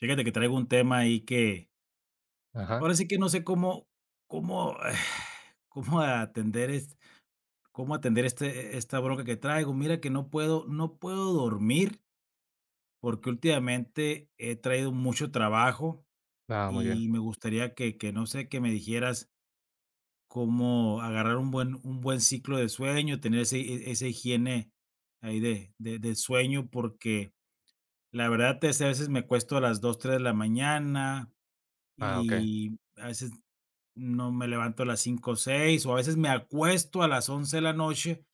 Fíjate que traigo un tema ahí que Ajá. ahora sí que no sé cómo cómo atender es cómo atender esta bronca que traigo. Mira que no puedo dormir, porque últimamente he traído mucho trabajo Ah, muy bien. y me gustaría no sé, que me dijeras cómo agarrar un buen ciclo de sueño, tener ese e esa higiene ahí de sueño, porque la verdad es que a veces me cuesto a las dos, 3 de la mañana, Ah, okey. y a veces no me levanto a las 5 o 6, o a veces me acuesto a las 11 de la noche,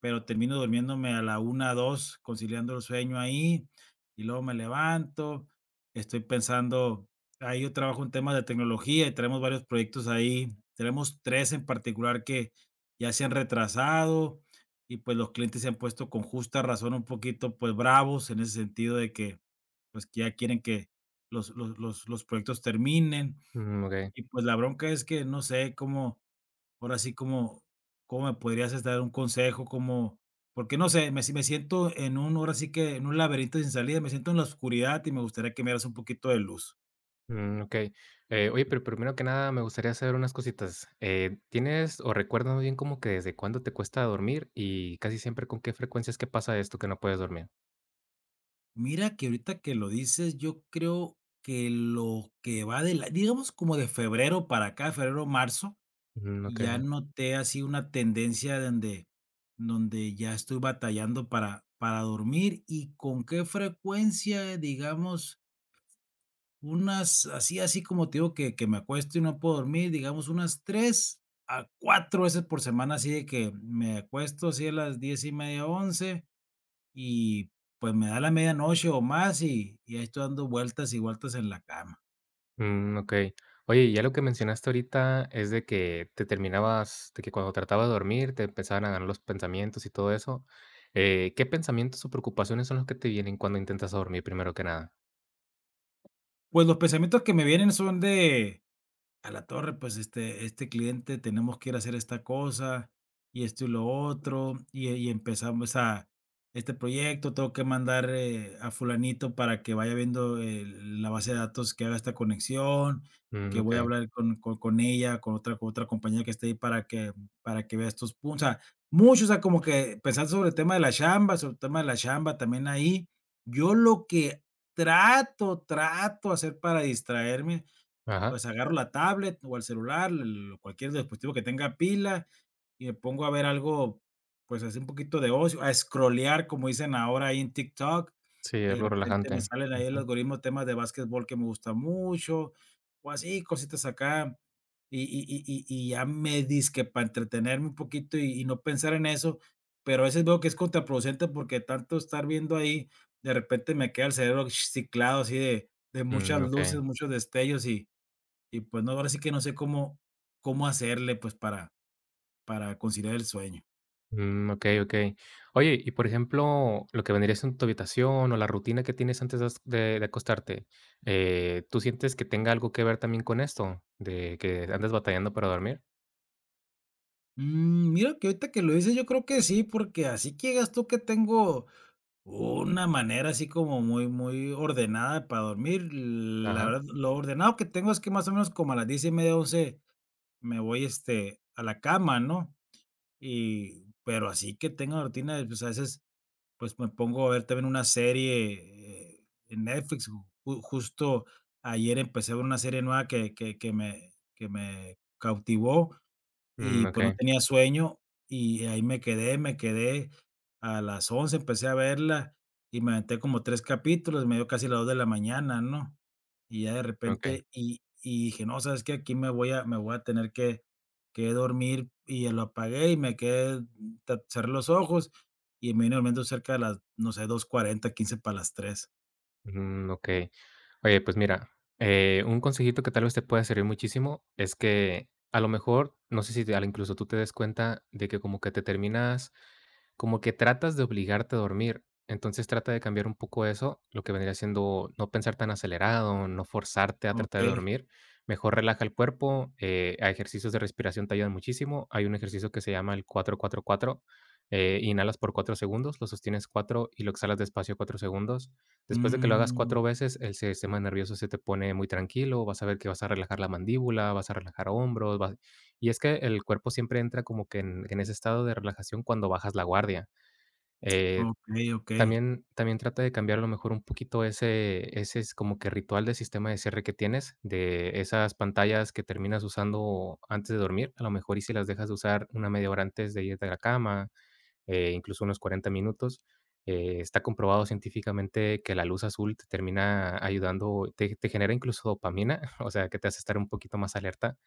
pero termino durmiéndome a la 1 o 2, conciliando el sueño ahí, y luego me levanto, estoy pensando. Ahí yo trabajo en temas de tecnología y tenemos varios proyectos ahí. Tenemos tres en particular que ya se han retrasado, y pues los clientes se han puesto, con justa razón, un poquito pues bravos, en ese sentido de que pues que ya quieren que los proyectos terminen. Mm, okey. Y pues la bronca es que no sé cómo, ahora sí, cómo me podrías es dar un consejo, cómo, porque no sé, me si me siento en ahora sí que en un laberinto sin salida, me siento en la oscuridad y me gustaría que me dieras un poquito de luz. Mm, okey. Oye, pero primero que nada me gustaría saber unas cositas. ¿Tienes o recuerdas muy bien como que desde cuándo te cuesta dormir y casi siempre con qué frecuencia es que pasa esto que no puedes dormir? Mira que ahorita que lo dices, yo creo que lo que va de la, digamos, como de febrero para acá, febrero, marzo, Mm, ya okey. noté así una tendencia donde ya estoy batallando para dormir. Y con qué frecuencia, digamos, unas, así así como te digo, que me acuesto y no puedo dormir, digamos, unas 3 a 4 veces por semana, así de que me acuesto así a las 10:30, 11, y pues me da la medianoche o más, y ahí estoy dando vueltas y vueltas en la cama. Mm, okey. Oye, y ya lo que mencionaste ahorita es de que te terminabas de que cuando tratabas de dormir te empezaban a ganar los pensamientos y todo eso. ¿Qué pensamientos o preocupaciones son los que te vienen cuando intentas dormir, primero que nada? Pues los pensamientos que me vienen son de: "A la torre, pues, este cliente tenemos que ir a hacer esta cosa, y esto y lo otro", y empezamos a este proyecto, tengo que mandar, a fulanito para que vaya viendo el la base de datos, que haga esta conexión, Mm, que voy a okey. hablar con ella, con otra compañía que esté ahí para que vea estos puntos. O sea, mucho, o sea, como que pensar sobre el tema de la chamba, sobre el tema de la chamba también ahí. Yo lo que trato hacer para distraerme, Ajá. pues agarro la tablet o el celular, el cualquier dispositivo que tenga pila, y me pongo a ver algo, pues, así un poquito de ocio, a escrolear, como dicen ahora ahí en TikTok, Sí, y es de lo repente me relajante. salen ahí, el algoritmo, temas de básquetbol que me gusta mucho, o así, cositas acá, y ya me disque para entretenerme un poquito y no pensar en eso, pero a veces veo que es contraproducente porque tanto estar viendo ahí, de repente me queda el cerebro ciclado, así de muchas Mm, luces, okey. muchos destellos, y pues no, ahora sí que no sé cómo hacerle, pues, para conciliar el sueño. Mm, okey, okey. Oye, y por ejemplo, lo que vendría siendo tu habitación o la rutina que tienes antes de as de acostarte, ¿tú sientes que tenga algo que ver también con esto, de que andas batallando para dormir? Mm, mira que ahorita que lo dices, yo creo que sí, porque así que digas tú que tengo una manera así como muy, muy ordenada para dormir, la Ajá. verdad. Lo ordenado que tengo es que más o menos como a las 10:30, 11, me voy, a la cama, ¿no? Y pero así que tenga rutina, pues, a veces, pues, me pongo a ver también una serie, en Netflix. Ju Justo ayer empecé a ver una serie nueva que me cautivó, Mm, y pues no okey, tenía sueño, y ahí me quedé, me quedé. A las 11 empecé a verla, y me aventé como 3 capítulos, me dio casi las 2 de la mañana, ¿no? Y ya de okey. repente y dije: "No, ¿sabes que Aquí me voy a tener que dormir", y ya lo apagué y me quedé, ta cerré los ojos, y me vine durmiendo cerca de las, no sé, 2:40, 2:45. Mm, okey. Oye, pues mira, un consejito que tal vez te pueda servir muchísimo es que, a lo mejor, no sé si te incluso tú te des cuenta de que como que te terminas como que tratas de obligarte a dormir. Entonces, trata de cambiar un poco eso, lo que vendría siendo no pensar tan acelerado, no forzarte a tratar de Okey. dormir. Mejor relaja el cuerpo, a ejercicios de respiración te ayudan muchísimo. Hay un ejercicio que se llama el 4 4 4. Inhalas por 4 segundos, lo sostienes 4 y lo exhalas despacio 4 segundos. Después de que lo hagas Mm, 4 veces, el sistema nervioso se te pone muy tranquilo, vas a ver que vas a relajar la mandíbula, vas a relajar hombros, vas. Y es que el cuerpo siempre entra como que en ese estado de relajación cuando bajas la guardia. Eh, okey, okey. También también trata de cambiar a lo mejor un poquito ese ese es como que ritual de sistema de cierre que tienes, de esas pantallas que terminas usando antes de dormir, a lo mejor y si las dejas de usar una media hora antes de irte a la cama, incluso unos 40 minutos. Está comprobado científicamente que la luz azul te termina ayudando, te genera incluso dopamina, o sea, que te hace estar un poquito más alerta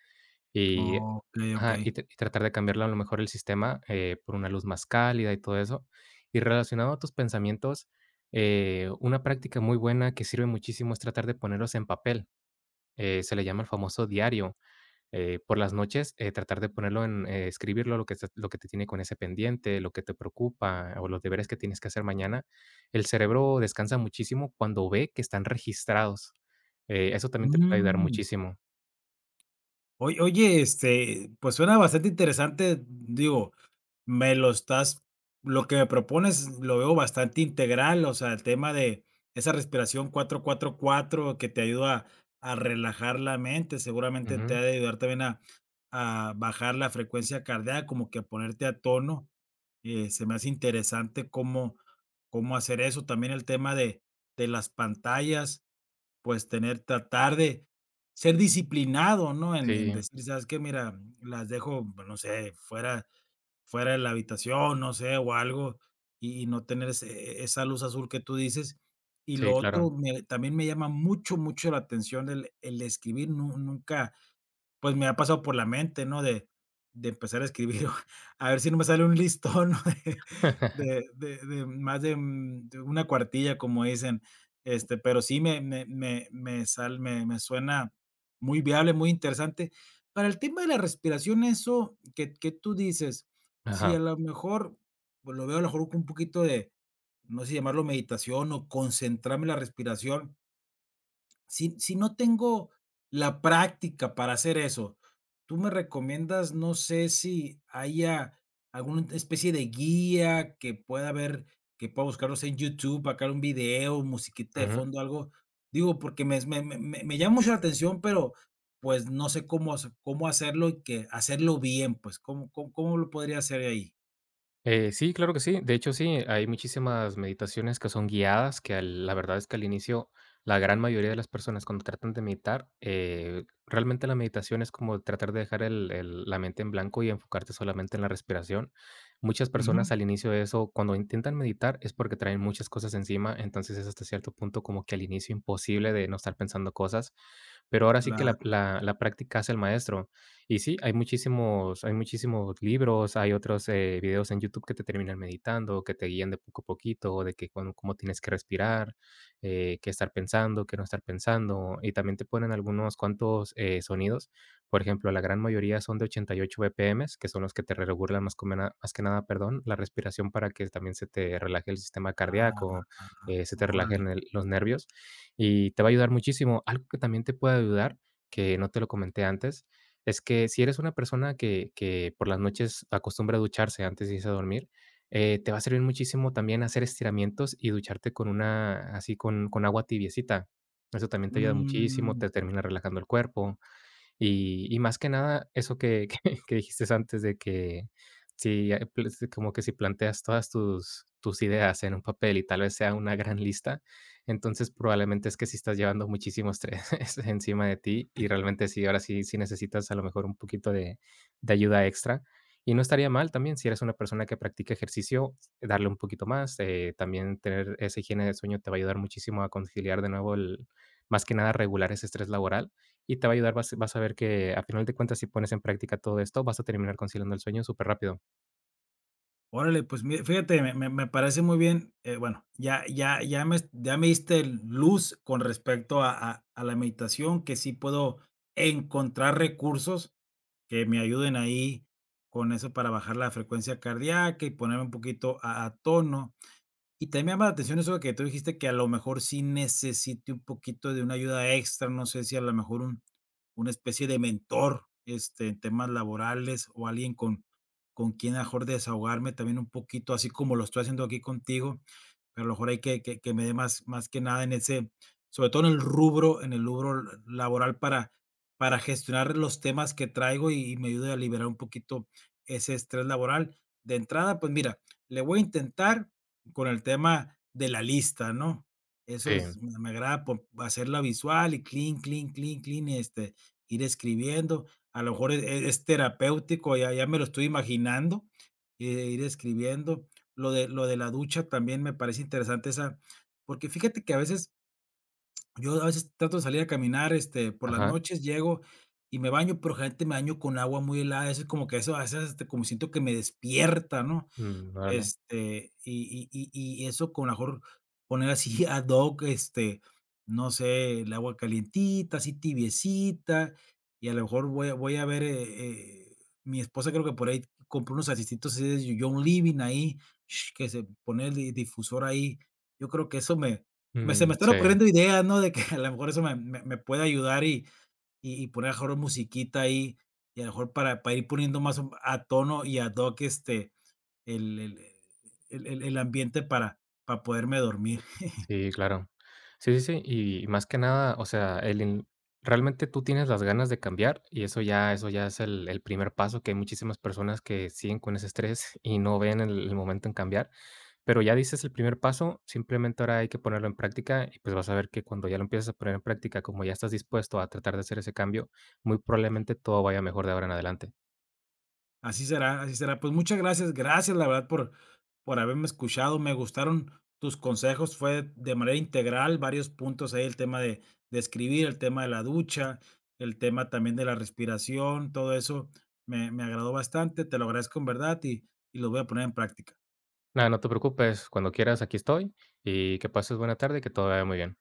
y Okey, ajá, okey. y tratar de cambiarlo a lo mejor el sistema, por una luz más cálida y todo eso. Y relacionado a tus pensamientos, una práctica muy buena que sirve muchísimo es tratar de ponerlos en papel, se le llama el famoso diario. Por las noches, tratar de ponerlo en escribirlo, lo que estás lo que te tiene con ese pendiente, lo que te preocupa o los deberes que tienes que hacer mañana. El cerebro descansa muchísimo cuando ve que están registrados. Eso también te puede ayudar Mm. muchísimo. Oy Oye, pues suena bastante interesante, digo, me lo estás lo que me propones lo veo bastante integral, o sea, el tema de esa respiración 4-4-4, que te ayuda a relajar la mente, seguramente te Ujú. ha de ayudar también a bajar la frecuencia cardíaca, como que a ponerte a tono. Se me hace interesante cómo hacer eso, también el tema de las pantallas. Pues tener tratar de ser disciplinado, ¿no? En Sí, decir: "¿Sabes qué? Mira, las dejo, pues, no sé, fuera de la habitación", no sé, o algo, y no tener ese e esa luz azul que tú dices. Y sí, lo otro, claro. me también me llama mucho, mucho la atención el escribir. Nu Nunca pues me ha pasado por la mente, ¿no? De empezar a escribir, a ver si no me sale un listón, ¿no? De más de, de una cuartilla, como dicen, pero sí me me me me sal me me suena muy viable, muy interesante. Para el tema de la respiración, eso que tú dices, si Ajá. a lo mejor, pues, lo veo a lo mejor con un poquito de, no sé si llamarlo meditación, o concentrarme en la respiración. Si no tengo la práctica para hacer eso, ¿tú me recomiendas? No sé si haya alguna especie de guía que pueda ver, que pueda buscarlos en YouTube, acá un video, musiquita de Ujú. fondo, algo. Digo, porque me llama mucho la atención, pero pues no sé cómo hacerlo, y que hacerlo bien, pues, cómo lo podría hacer ahí? Sí, claro que sí. De hecho, sí, hay muchísimas meditaciones que son guiadas, que la verdad es que al inicio la gran mayoría de las personas cuando tratan de meditar, realmente la meditación es como tratar de dejar la mente en blanco y enfocarte solamente en la respiración. Muchas personas Ujú. al inicio de eso, cuando intentan meditar, es porque traen muchas cosas encima, entonces es hasta cierto punto como que al inicio imposible de no estar pensando cosas, pero ahora sí que Claro, la práctica hace el maestro. Y sí, hay muchísimos libros, hay otros, videos en YouTube que te terminan meditando, que te guían de poco a poquito, de que cuándo cómo tienes que respirar, qué estar pensando, qué no estar pensando, y también te ponen algunos cuantos, sonidos. Por ejemplo, la gran mayoría son de 88 BPMs, que son los que te regulan más que nada, perdón, la respiración para que también se te relaje el sistema cardíaco, se te órale. relajen el los nervios, y te va a ayudar muchísimo. Algo que también te puede ayudar, que no te lo comenté antes, es que si eres una persona que por las noches acostumbra a ducharse antes de irse a dormir, te va a servir muchísimo también hacer estiramientos y ducharte con una así con agua tibiecita. Eso también te ayuda muchísimo, Mm. te termina relajando el cuerpo. Y más que nada, eso que que dijiste antes de que si, pues, como que si planteas todas tus ideas en un papel y tal vez sea una gran lista, entonces probablemente es que si estás llevando muchísimo estrés encima de ti y realmente sí, ahora sí sí necesitas a lo mejor un poquito de ayuda extra. Y no estaría mal también, si eres una persona que practica ejercicio, darle un poquito más, también tener esa higiene de sueño te va a ayudar muchísimo a conciliar de nuevo el más que nada regular ese estrés laboral y te va a ayudar, vas a ver que, a final de cuentas, si pones en práctica todo esto, vas a terminar conciliando el sueño súper rápido. Órale, pues mire, fíjate, me parece muy bien. Bueno, ya me diste luz con respecto a la meditación, que sí puedo encontrar recursos que me ayuden ahí con eso para bajar la frecuencia cardíaca y ponerme un poquito a tono. Y también me llama la atención eso de que tú dijiste que a lo mejor sí necesite un poquito de una ayuda extra. No sé si a lo mejor un una especie de mentor, en temas laborales, o alguien con quien a lo mejor desahogarme también un poquito, así como lo estoy haciendo aquí contigo, pero a lo mejor hay que me dé, más que nada, en ese, sobre todo en el rubro, laboral, para gestionar los temas que traigo, y me ayude a liberar un poquito ese estrés laboral. De entrada, pues mira, le voy a intentar con el tema de la lista, ¿no? Eso Sí, es me agrada, po hacerla visual, y clean, clean, clean, clean, ir escribiendo. A lo mejor es terapéutico, ya me lo estoy imaginando, eh, ir escribiendo. Lo de la ducha también me parece interesante, esa, porque fíjate que a veces, yo, a veces trato de salir a caminar, por las ajá, noches llego y me baño, pero generalmente me baño con agua muy helada. Eso es como que eso a veces, como siento que me despierta, ¿no? mm, órale, Y eso, con, a lo mejor, poner así ad hoc, no sé, el agua calientita, así tibiecita. Y a lo mejor voy a ver, mi esposa creo que por ahí compró unos asistitos así de John Living ahí, que se pone el di difusor ahí. Yo creo que eso me me se me mm, están sí, ocurriendo ideas, ¿no? De que a lo mejor eso me puede ayudar, y poner a lo mejor musiquita ahí, y a lo mejor para ir poniendo más a tono y ad hoc, el el el ambiente para poderme dormir. sí, claro. Sí, sí, sí, y más que nada, o sea, el in realmente tú tienes las ganas de cambiar y eso ya es el primer paso, que hay muchísimas personas que siguen con ese estrés y no ven el momento en cambiar. Pero ya dices el primer paso, simplemente ahora hay que ponerlo en práctica y, pues, vas a ver que cuando ya lo empiezas a poner en práctica, como ya estás dispuesto a tratar de hacer ese cambio, muy probablemente todo vaya mejor de ahora en adelante. Así será, así será. Pues muchas gracias, gracias, la verdad, por haberme escuchado. Me gustaron tus consejos, fue de manera integral, varios puntos ahí, el tema de escribir, el tema de la ducha, el tema también de la respiración. Todo eso me agradó bastante. Te lo agradezco, en verdad, y lo voy a poner en práctica. Nada, no te preocupes, cuando quieras aquí estoy y que pases buena tarde y que todo vaya muy bien.